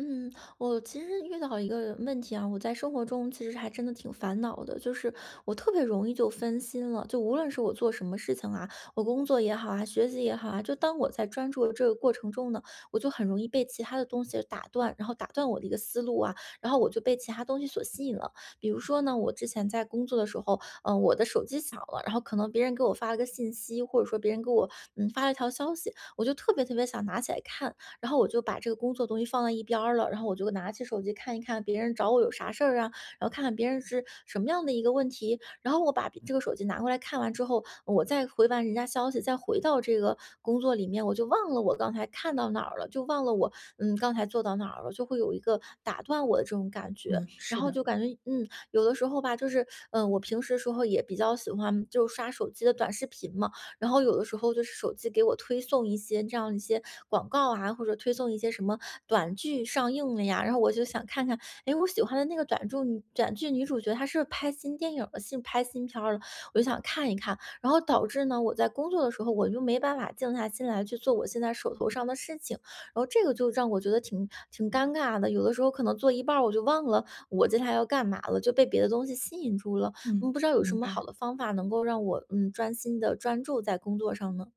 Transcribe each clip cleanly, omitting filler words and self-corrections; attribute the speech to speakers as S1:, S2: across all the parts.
S1: 嗯，我其实遇到一个问题啊，我在生活中其实还真的挺烦恼的，就是我特别容易就分心了，就无论是我做什么事情啊，我工作也好啊，学习也好啊，就当我在专注的这个过程中呢，我就很容易被其他的东西打断，然后打断我的一个思路啊，然后我就被其他东西所吸引了。比如说呢，我之前在工作的时候，我的手机响了，然后可能别人给我发了个信息，或者说别人给我发了一条消息，我就特别特别想拿起来看，然后我就把这个工作东西放在一边儿了，然后我就拿起手机看一看别人找我有啥事儿啊，然后看看别人是什么样的一个问题，然后我把这个手机拿过来看完之后，我再回完人家消息，再回到这个工作里面，我就忘了我刚才看到哪儿了，就忘了我刚才做到哪儿了，就会有一个打断我的这种感觉，
S2: 嗯，
S1: 然
S2: 是
S1: 后
S2: 的，
S1: 就感觉有的时候吧，就是我平时时候也比较喜欢就刷手机的短视频嘛。然后有的时候就是手机给我推送一些这样一些广告啊，或者推送一些什么短剧上映了呀，然后我就想看看，哎，我喜欢的那个短剧女短剧女主角她是不是拍新电影了，新拍新片儿了，我就想看一看。然后导致呢，我在工作的时候我就没办法静下心来去做我现在手头上的事情，然后这个就让我觉得挺挺尴尬的。有的时候可能做一半儿我就忘了我接下来要干嘛了，就被别的东西吸引住了。
S2: 嗯，
S1: 嗯，不知道有什
S2: 明
S1: 么
S2: 白，
S1: 好的方法能够让我，嗯，专心的专注在工作上呢？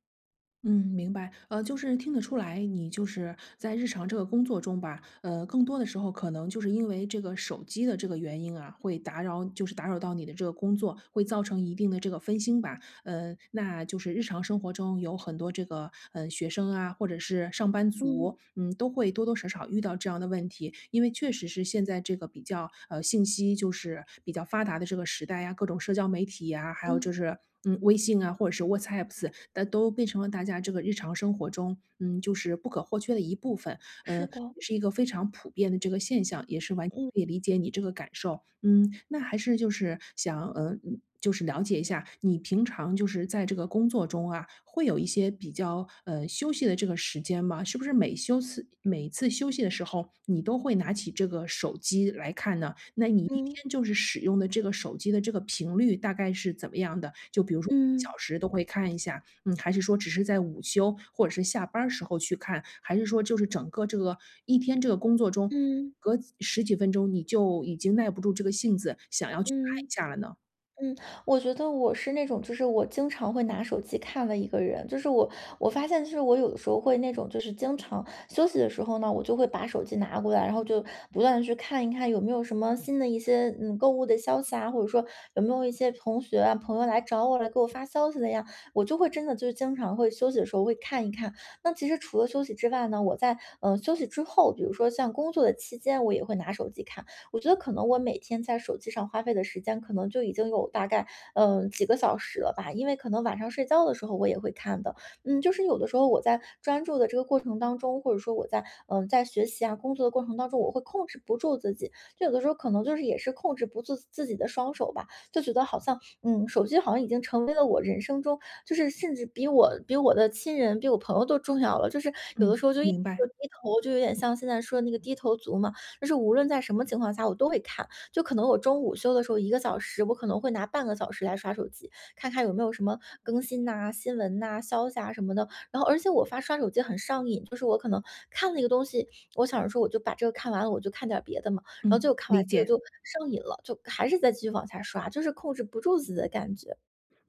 S2: 嗯，明白。就是听得出来，你就是在日常这个工作中吧，更多的时候可能就是因为这个手机的这个原因啊，会打扰，就是打扰到你的这个工作，会造成一定的这个分心吧。嗯，那就是日常生活中有很多这个，学生啊，或者是上班
S1: 嗯。
S2: 族，都会多多少少遇到这样的问题。因为确实是现在这个比较，信息就是比较发达的这个时代呀，各种社交媒体呀，还有就
S1: 嗯，
S2: 是，微信啊，或者是 WhatsApps,那都变成了大家这个日常生活中，就是不可或缺的一部分。呃，
S1: 是的。
S2: 是一个非常普遍的这个现象，也是完全
S1: 嗯。
S2: 可以理解你这个感受。嗯，那还是就是想，就是了解一下你平常就是在这个工作中啊，会有一些比较休息的这个时间吗？是不是每次休息的时候，你都会拿起这个手机来看呢？那你一
S1: 嗯。
S2: 天就是使用的这个手机的这个频率大概是怎么样的？就比如说每小
S1: 嗯。
S2: 时都会看一下，还是说只是在午休或者是下班儿时候去看？还是说就是整个这个一天这个工作中，
S1: 嗯。
S2: 隔十几分钟你就已经耐不住这个性子，想要去看
S1: 嗯。
S2: 一下了呢？
S1: 嗯，我觉得我是那种，就是我经常会拿手机看的一个人。就是我，我发现，就是我有的时候会那种，就是经常休息的时候呢，我就会把手机拿过来，然后就不断的去看一看有没有什么新的一些购物的消息啊，或者说有没有一些同学啊朋友来找我来给我发消息的呀，我就会真的就是经常会休息的时候会看一看。那其实除了休息之外呢，我在休息之后，比如说像工作的期间，我也会拿手机看。我觉得可能我每天在手机上花费的时间，可能就已经有大概几个小时了吧，因为可能晚上睡觉的时候我也会看的。嗯，就是有的时候我在专注的这个过程当中，或者说我在在学习啊工作的过程当中，我会控制不住自己，就有的时候可能就是也是控制不住自己的双手吧，就觉得好像手机好像已经成为了我人生中就是甚至比我的亲人比我朋友都重要了，就是有的
S2: 嗯，
S1: 时候就一。
S2: 明白，
S1: 就低头就有点像现在说的那个低头族嘛，就是无论在什么情况下我都会看，就可能我中午午休的时候一个小时，我可能会拿半个小时来刷手机，看看有没有什么更新呐、新闻呐、消息啊什么的。然后而且我发刷手机很上瘾，就是我可能看了一个东西，我想着说我就把这个看完了，我就看点儿别的嘛，然后
S2: 嗯，
S1: 就看
S2: 理
S1: 完这个
S2: 解。
S1: 就上瘾了，就还是再继续往下刷，就是控制不住自己的感觉。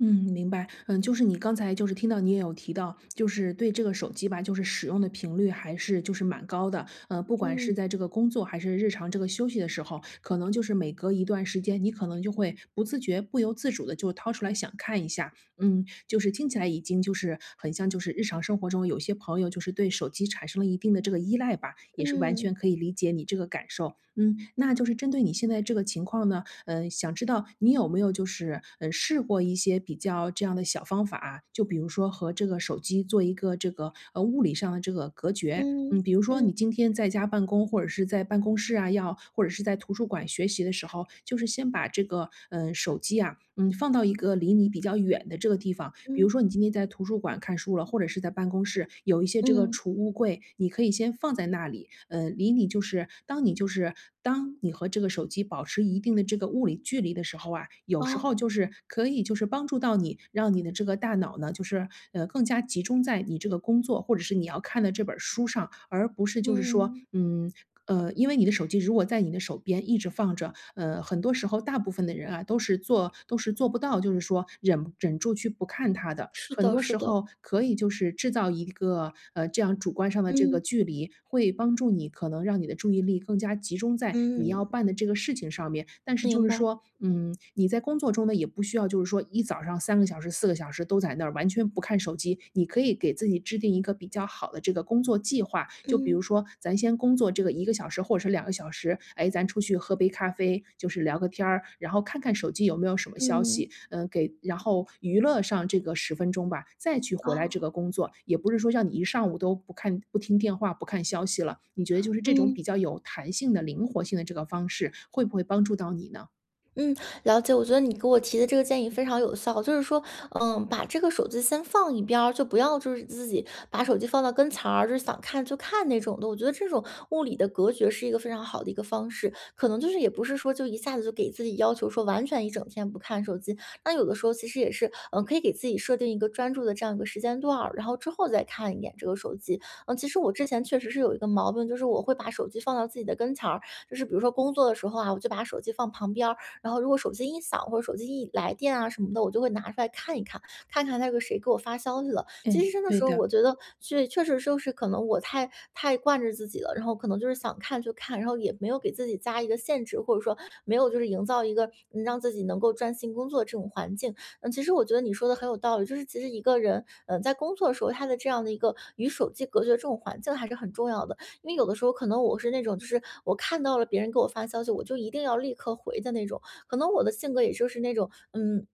S2: 嗯，明白。嗯，就是你刚才就是听到你也有提到，就是对这个手机吧，就是使用的频率还是就是蛮高的。呃，不管
S1: 嗯。
S2: 是在这个工作还是日常这个休息的时候，可能就是每隔一段时间，你可能就会不自觉、不由自主的就掏出来想看一下。嗯，就是听起来已经就是很像就是日常生活中有些朋友就是对手机产生了一定的这个依赖吧，也是完全
S1: 嗯。
S2: 可以理解你这个感受。嗯，那就是针对你现在这个情况呢，想知道你有没有就是，试过一些比较这样的小方法啊，就比如说和这个手机做一个这个，物理上的这个隔绝。嗯，
S1: 嗯。
S2: 比如说你
S1: 嗯。
S2: 今天在家办公，或者是在办公室啊，要或者是在图书馆学习的时候，就是先把这个，手机啊，放到一个离你比较远的这个地方。比如
S1: 嗯。
S2: 说你今天在图书馆看书了，或者是在办公室有一些这个
S1: 嗯。
S2: 储物柜，你可以先放在那里，离你就是当你和这个手机保持一定的这个物理距离的时候啊，有时
S1: 哦。
S2: 候就是可以就是帮助到你，让你的这个大脑呢，就是更加集中在你这个工作或者是你要看的这本书上，而不是就是说，
S1: 嗯，
S2: 因为你的手机如果在你的手边一直放着，很多时候大部分的人啊，都是做不到，就是说忍住去不看它的。
S1: 是
S2: 很
S1: 的，
S2: 多
S1: 是
S2: 时
S1: 的。
S2: 候可以就是制造一个，这样主观上的这个
S1: 嗯。
S2: 距离，会帮助你可能让你的注意力更加集中在你要
S1: 嗯，
S2: 办的这个事情上面。但是就
S1: 明
S2: 是
S1: 白。
S2: 说，你在工作中呢，也不需要就是说一早上三个小时、四个小时都在那儿，完全不看手机，你可以给自己制定一个比较好的这个工作计划。就比如
S1: 嗯。
S2: 说，咱先工作这个一个小时或者是两个小时，哎，咱出去喝杯咖啡，就是聊个天儿，然后看看手机有没有什么消息，
S1: 嗯。
S2: 给然后娱乐上这个十分钟吧，再去回来这
S1: 哦。
S2: 个工作。也不是说让你一上午都不看不听电话、不看消息了，你觉得就是这种比
S1: 嗯。
S2: 较有弹性的、灵活性的这个方式，会不会帮助到你呢？
S1: 嗯。了解。我觉得你给我提的这个建议非常有效，就是说，嗯，把这个手机先放一边儿，就不要就是自己把手机放到跟前儿，就是想看就看那种的。我觉得这种物理的隔绝是一个非常好的一个方式，可能就是也不是说就一下子就给自己要求说完全一整天不看手机，那有的时候其实也是，嗯，可以给自己设定一个专注的这样一个时间段儿，然后之后再看一眼这个手机。嗯，其实我之前确实是有一个毛病，就是我会把手机放到自己的跟前儿，就是比如说工作的时候啊，我就把手机放旁边儿。然后如果手机一响或者手机一来电啊什么的，我就会拿出来看一看，看看那个谁给我发消息了。其
S2: 哎，
S1: 实真的
S2: 对
S1: 时候，
S2: 的，
S1: 我觉得确确实就是可能我太惯着自己了，然后可能就是想看就看，然后也没有给自己加一个限制，或者说没有就是营造一个让自己能够专心工作这种环境。嗯，其实我觉得你说的很有道理，就是其实一个人在工作的时候，他的这样的一个与手机隔绝这种环境还是很重要的。因为有的时候可能我是那种就是我看到了别人给我发消息，我就一定要立刻回的那种，可能我的性格也就是那种，嗯。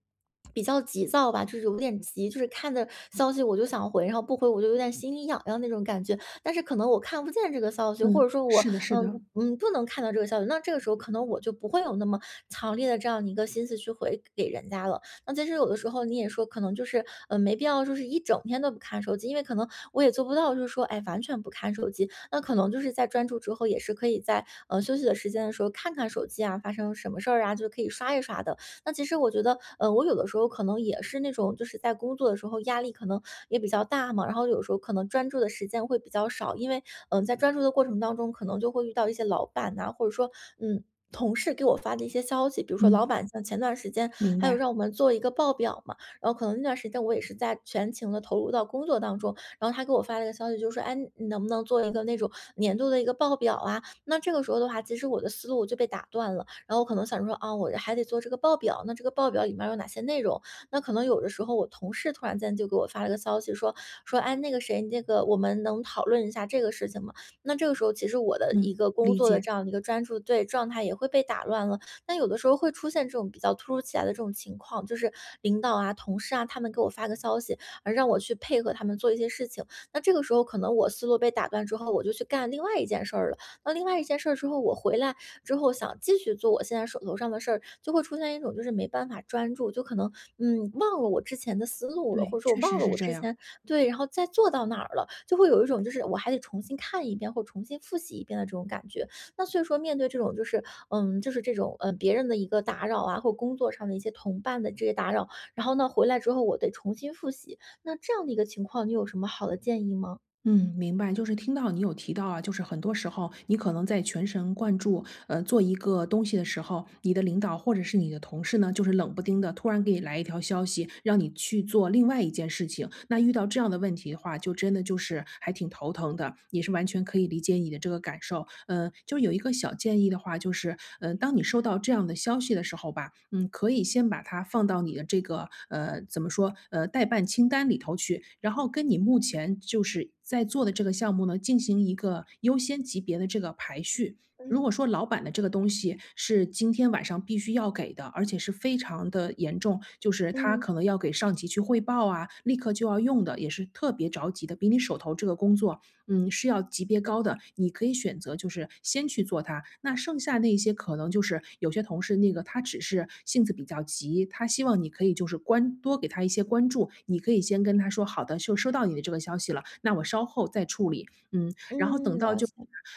S1: 比较急躁吧，就是有点急，就是看的消息我就想回，然后不回我就有点心里痒痒那种感觉。但是可能我看不见这个消息，或
S2: 嗯，
S1: 者说我
S2: 是的是的，
S1: 不能看到这个消息，那这个时候可能我就不会有那么强烈的这样一个心思去回给人家了。那其实有的时候你也说，可能就是没必要，就是一整天都不看手机，因为可能我也做不到，就是说哎完全不看手机。那可能就是在专注之后，也是可以在休息的时间的时候看看手机啊，发生什么事儿啊，就可以刷一刷的。那其实我觉得，呃，我有的时候可能也是那种，就是在工作的时候压力可能也比较大嘛，然后有时候可能专注的时间会比较少，因为在专注的过程当中，可能就会遇到一些老板呐、或者说嗯。同事给我发的一些消息，比如说老
S2: 嗯，
S1: 板像前段时间
S2: 明
S1: 还有
S2: 白，
S1: 让我们做一个报表嘛，然后可能那段时间我也是在全情的投入到工作当中，然后他给我发了一个消息，就说：“哎，你能不能做一个那种年度的一个报表啊？”那这个时候的话，其实我的思路就被打断了，然后我可能想说啊，我还得做这个报表，那这个报表里面有哪些内容？那可能有的时候我同事突然间就给我发了个消息说，哎，那个谁，那个我们能讨论一下这个事情吗？那这个时候其实我的一
S2: 嗯，
S1: 个工
S2: 理
S1: 作的
S2: 解。
S1: 这样的一个专注对状态也会被打乱了。那有的时候会出现这种比较突如其来的这种情况，就是领导啊、同事啊，他们给我发个消息，而让我去配合他们做一些事情。那这个时候可能我思路被打断之后，我就去干另外一件事儿了。那另外一件事儿之后，我回来之后想继续做我现在手头上的事儿，就会出现一种就是没办法专注，就可能忘了我之前的思路了，
S2: 对，
S1: 或者说我
S2: 确实
S1: 忘了
S2: 是
S1: 我
S2: 这
S1: 之
S2: 样。
S1: 前对，然后再做到哪儿了，就会有一种就是我还得重新看一遍或重新复习一遍的这种感觉。那所以说，面对这种就是就是这种别人的一个打扰啊，或工作上的一些同伴的这些打扰，然后呢回来之后我得重新复习，那这样的一个情况，你有什么好的建议吗？
S2: 嗯，明白。就是听到你有提到啊，就是很多时候你可能在全神贯注，做一个东西的时候，你的领导或者是你的同事呢，就是冷不丁的突然给你来一条消息，让你去做另外一件事情。那遇到这样的问题的话，就真的就是还挺头疼的，也是完全可以理解你的这个感受。嗯、就有一个小建议的话，就是，嗯、当你收到这样的消息的时候吧，可以先把它放到你的这个怎么说代办清单里头去，然后跟你目前就是。在做的这个项目呢，进行一个优先级别的这个排序。如
S1: 嗯
S2: 果说老板的这个东西是今天晚上必须要给的，而且是非常的严重，就是他可
S1: 嗯
S2: 能要给上级去汇报啊，立刻就要用的，也是特别着急的，比你手头这个工作是要级别高的，你可以选择就是先去做它。那剩下那些可能就是有些同事那个他只是性子比较急，他希望你可以就是多给他一些关注，你可以先跟他说：“好的，就收到你的这个消息了，那我稍后再处理。”嗯，然后等
S1: 嗯，
S2: 到
S1: 了
S2: 就
S1: 解。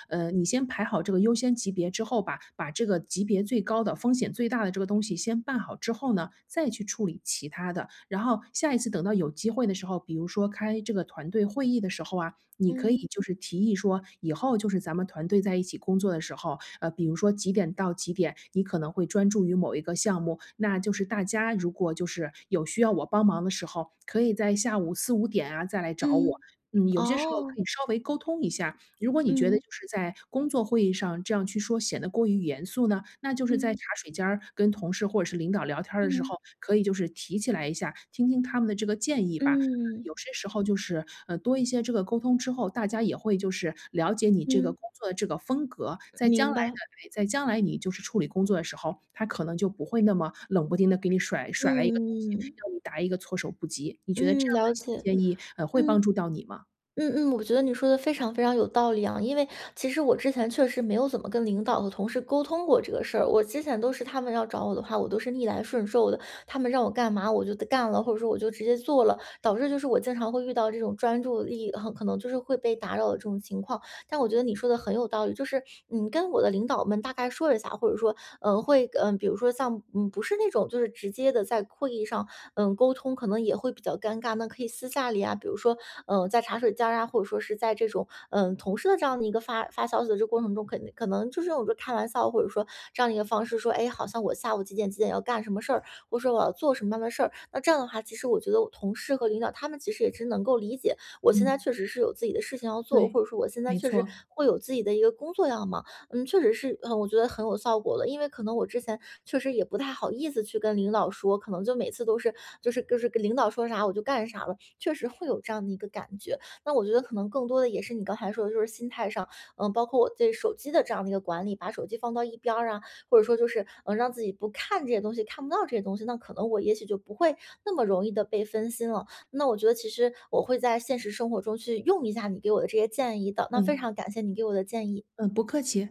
S2: 你先排好这个优先级别之后吧，把这个级别最高的、风险最大的这个东西先办好之后呢，再去处理其他的。然后下一次等到有机会的时候，比如说开这个团队会议的时候啊，你可以
S1: 嗯
S2: 就是提议说，以后就是咱们团队在一起工作的时候，比如说几点到几点，你可能会专注于某一个项目，那就是大家如果就是有需要我帮忙的时候，可以在下午四五点啊再来找我。
S1: 嗯。
S2: 嗯，有些时候
S1: 哦。
S2: 可以稍微沟通一下，如果你觉得
S1: 嗯
S2: 就是在工作会议上这样去说显得过于严肃呢，那就是在茶
S1: 嗯
S2: 水间儿跟同事或者是领导聊天儿的时
S1: 嗯
S2: 候，可以就是提起来一下，听听他们的这个建议吧。
S1: 嗯
S2: 有些时候就是，多一些这个沟通之后，大家也会就是了解你这个
S1: 嗯，
S2: 工作的这个风格，
S1: 明白。
S2: 在将来你就是处理工作的时候，他可能就不会那么冷不丁的给你
S1: 嗯
S2: 甩来一个东西，
S1: 嗯
S2: 让你答一个措手不及。你觉得这
S1: 嗯，
S2: 样的
S1: 了
S2: 小
S1: 解。
S2: 建议，会帮
S1: 嗯。
S2: 助到你吗？
S1: 嗯嗯，我觉得你说的非常非常有道理啊，因为其实我之前确实没有怎么跟领导和同事沟通过这个事儿，我之前都是他们要找我的话，我都是逆来顺受的，他们让我干嘛我就得干了，或者说我就直接做了，导致就是我经常会遇到这种专注力很可能就是会被打扰的这种情况，但我觉得你说的很有道理，就是跟我的领导们大概说一下，或者说嗯，呃会嗯，呃比如说像不是那种就是直接的在会议上沟通，可能也会比较尴尬。那可以私下里啊，比如说在茶水间儿啊，或者说是在这种同事的这样的一个发消息的这过程中，肯定可能就是用着开玩笑，或者说这样的一个方式说，哎，好像我下午几点几点要干什么事儿，或者说我要做什么样的事儿。那这样的话，其实我觉得我同事和领导他们其实也是能够理解。我现在
S2: 嗯，
S1: 确实是有自己的事情要做，
S2: 对，
S1: 或者说我现在
S2: 没
S1: 确实
S2: 错，
S1: 会有自己的一个工作要忙，嗯，确实是，嗯，我觉得很有效果的，因为可能我之前确实也不太好意思去跟领导说，可能就每次都是就是跟领导说啥我就干啥了，确实会有这样的一个感觉。那我觉得可能更多的也是你刚才说的，就是心态上，嗯，包括我对手机的这样的一个管理，把手机放到一边儿啊，或者说就是让自己不看这些东西，看不到这些东西，那可能我也许就不会那么容易的被分心了。那我觉得其实我会在现实生活中去用一下你给我的这些建议的，那非
S2: 嗯，
S1: 常感谢你给我的建议。
S2: 嗯，不客气。